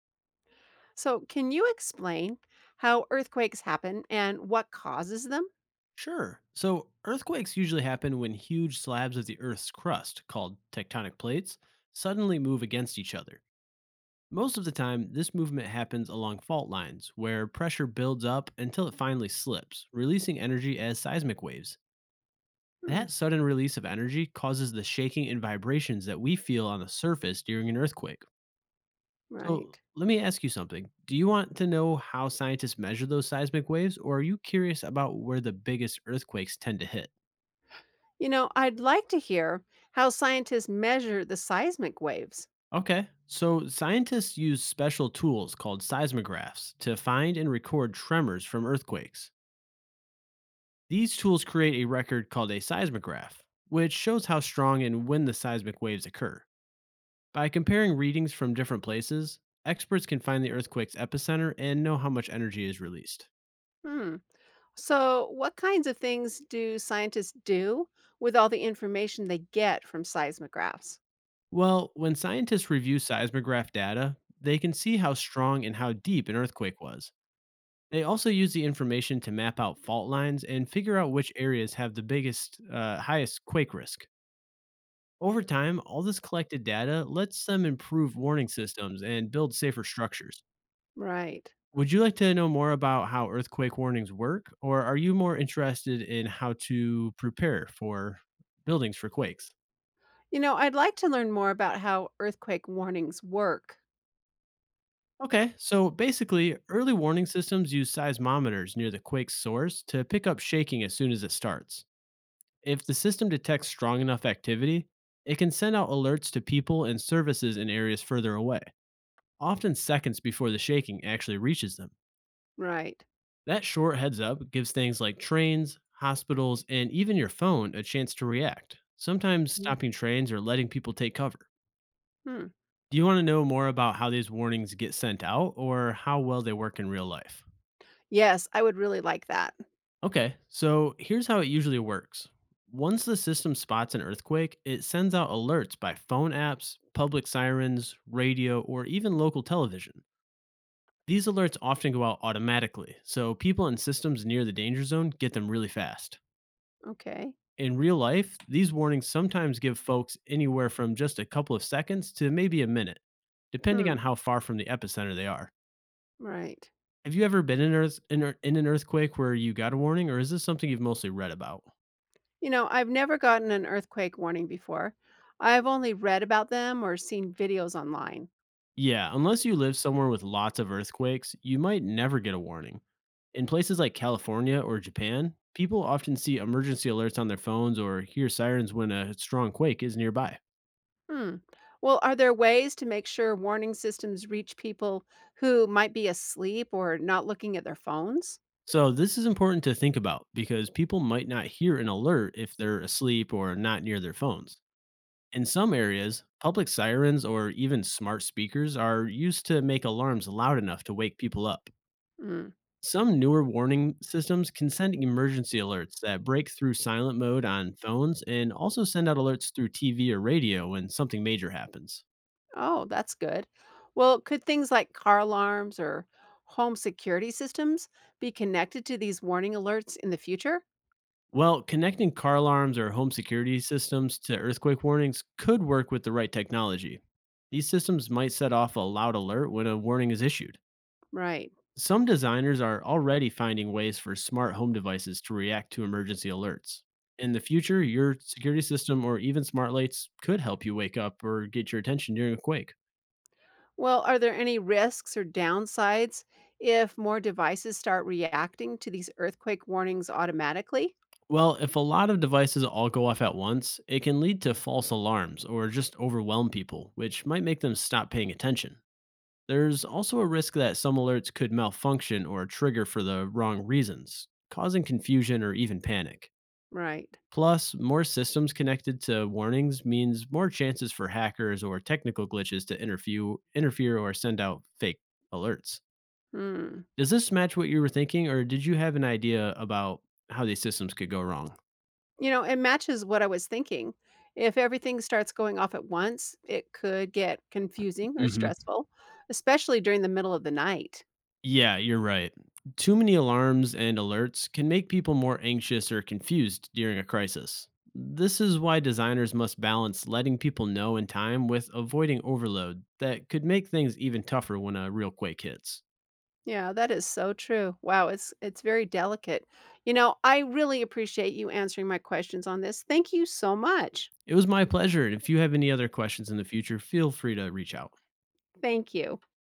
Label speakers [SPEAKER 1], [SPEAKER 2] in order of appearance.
[SPEAKER 1] So, can you explain how earthquakes happen and what causes them?
[SPEAKER 2] Sure. So earthquakes usually happen when huge slabs of the Earth's crust, called tectonic plates, suddenly move against each other. Most of the time, this movement happens along fault lines, where pressure builds up until it finally slips, releasing energy as seismic waves.
[SPEAKER 1] Hmm,
[SPEAKER 2] That sudden release of energy causes the shaking and vibrations that we feel on the surface during an earthquake. So,
[SPEAKER 1] right.
[SPEAKER 2] let me ask you something. Do you want to know how scientists measure those seismic waves, or are you curious about where the biggest earthquakes tend to hit?
[SPEAKER 1] You know, I'd like to hear how scientists measure the seismic waves.
[SPEAKER 2] Okay. So scientists use special tools called seismographs to find and record tremors from earthquakes. These tools create a record called a seismograph, which shows how strong and when the seismic waves occur. By comparing readings from different places, experts can find the earthquake's epicenter and know how much energy is released.
[SPEAKER 1] Hmm. So, what kinds of things do scientists do with all the information they get from seismographs?
[SPEAKER 2] Well, when scientists review seismograph data, they can see how strong and how deep an earthquake was. They also use the information to map out fault lines and figure out which areas have the highest quake risk. Over time, all this collected data lets them improve warning systems and build safer structures.
[SPEAKER 1] Right.
[SPEAKER 2] Would you like to know more about how earthquake warnings work, or are you more interested in how to prepare for buildings for quakes?
[SPEAKER 1] You know, I'd like to learn more about how earthquake warnings work.
[SPEAKER 2] Okay, so basically, early warning systems use seismometers near the quake's source to pick up shaking as soon as it starts. If the system detects strong enough activity, it can send out alerts to people and services in areas further away, often seconds before the shaking actually reaches them.
[SPEAKER 1] Right.
[SPEAKER 2] That short heads up gives things like trains, hospitals, and even your phone a chance to react, sometimes stopping trains or letting people take cover.
[SPEAKER 1] Hmm.
[SPEAKER 2] Do you want to know more about how these warnings get sent out or how well they work in real life?
[SPEAKER 1] Yes, I would really like that.
[SPEAKER 2] Okay, so here's how it usually works. Once the system spots an earthquake, it sends out alerts by phone apps, public sirens, radio, or even local television. These alerts often go out automatically, so people and systems near the danger zone get them really fast.
[SPEAKER 1] Okay.
[SPEAKER 2] In real life, these warnings sometimes give folks anywhere from just a couple of seconds to maybe a minute, depending on
[SPEAKER 1] Hmm.
[SPEAKER 2] how far from the epicenter they are.
[SPEAKER 1] Right.
[SPEAKER 2] Have you ever been in an earthquake where you got a warning, or is this something you've mostly read about?
[SPEAKER 1] You know, I've never gotten an earthquake warning before. I've only read about them or seen videos online.
[SPEAKER 2] Yeah, unless you live somewhere with lots of earthquakes, you might never get a warning. In places like California or Japan, people often see emergency alerts on their phones or hear sirens when a strong quake is nearby.
[SPEAKER 1] Hmm. Well, are there ways to make sure warning systems reach people who might be asleep or not looking at their phones?
[SPEAKER 2] So, this is important to think about because people might not hear an alert if they're asleep or not near their phones. In some areas, public sirens or even smart speakers are used to make alarms loud enough to wake people up.
[SPEAKER 1] Hmm.
[SPEAKER 2] Some newer warning systems can send emergency alerts that break through silent mode on phones and also send out alerts through TV or radio when something major happens.
[SPEAKER 1] Oh, that's good. Well, could things like car alarms or home security systems be connected to these warning alerts in the future?
[SPEAKER 2] Well, connecting car alarms or home security systems to earthquake warnings could work with the right technology. These systems might set off a loud alert when a warning is issued.
[SPEAKER 1] Right.
[SPEAKER 2] Some designers are already finding ways for smart home devices to react to emergency alerts. In the future, your security system or even smart lights could help you wake up or get your attention during a quake.
[SPEAKER 1] Well, are there any risks or downsides if more devices start reacting to these earthquake warnings automatically?
[SPEAKER 2] Well, if a lot of devices all go off at once, it can lead to false alarms or just overwhelm people, which might make them stop paying attention. There's also a risk that some alerts could malfunction or trigger for the wrong reasons, causing confusion or even panic.
[SPEAKER 1] Right.
[SPEAKER 2] Plus, more systems connected to warnings means more chances for hackers or technical glitches to interfere or send out fake alerts.
[SPEAKER 1] Hmm.
[SPEAKER 2] Does this match what you were thinking, or did you have an idea about how these systems could go wrong?
[SPEAKER 1] You know, it matches what I was thinking. If everything starts going off at once, it could get confusing or
[SPEAKER 2] Hmm.
[SPEAKER 1] stressful, especially during the middle of the night.
[SPEAKER 2] Yeah, you're right. Too many alarms and alerts can make people more anxious or confused during a crisis. This is why designers must balance letting people know in time with avoiding overload that could make things even tougher when a real quake hits.
[SPEAKER 1] Yeah, that is so true. Wow, it's very delicate. You know, I really appreciate you answering my questions on this. Thank you so much.
[SPEAKER 2] It was my pleasure. And if you have any other questions in the future, feel free to reach out.
[SPEAKER 1] Thank you.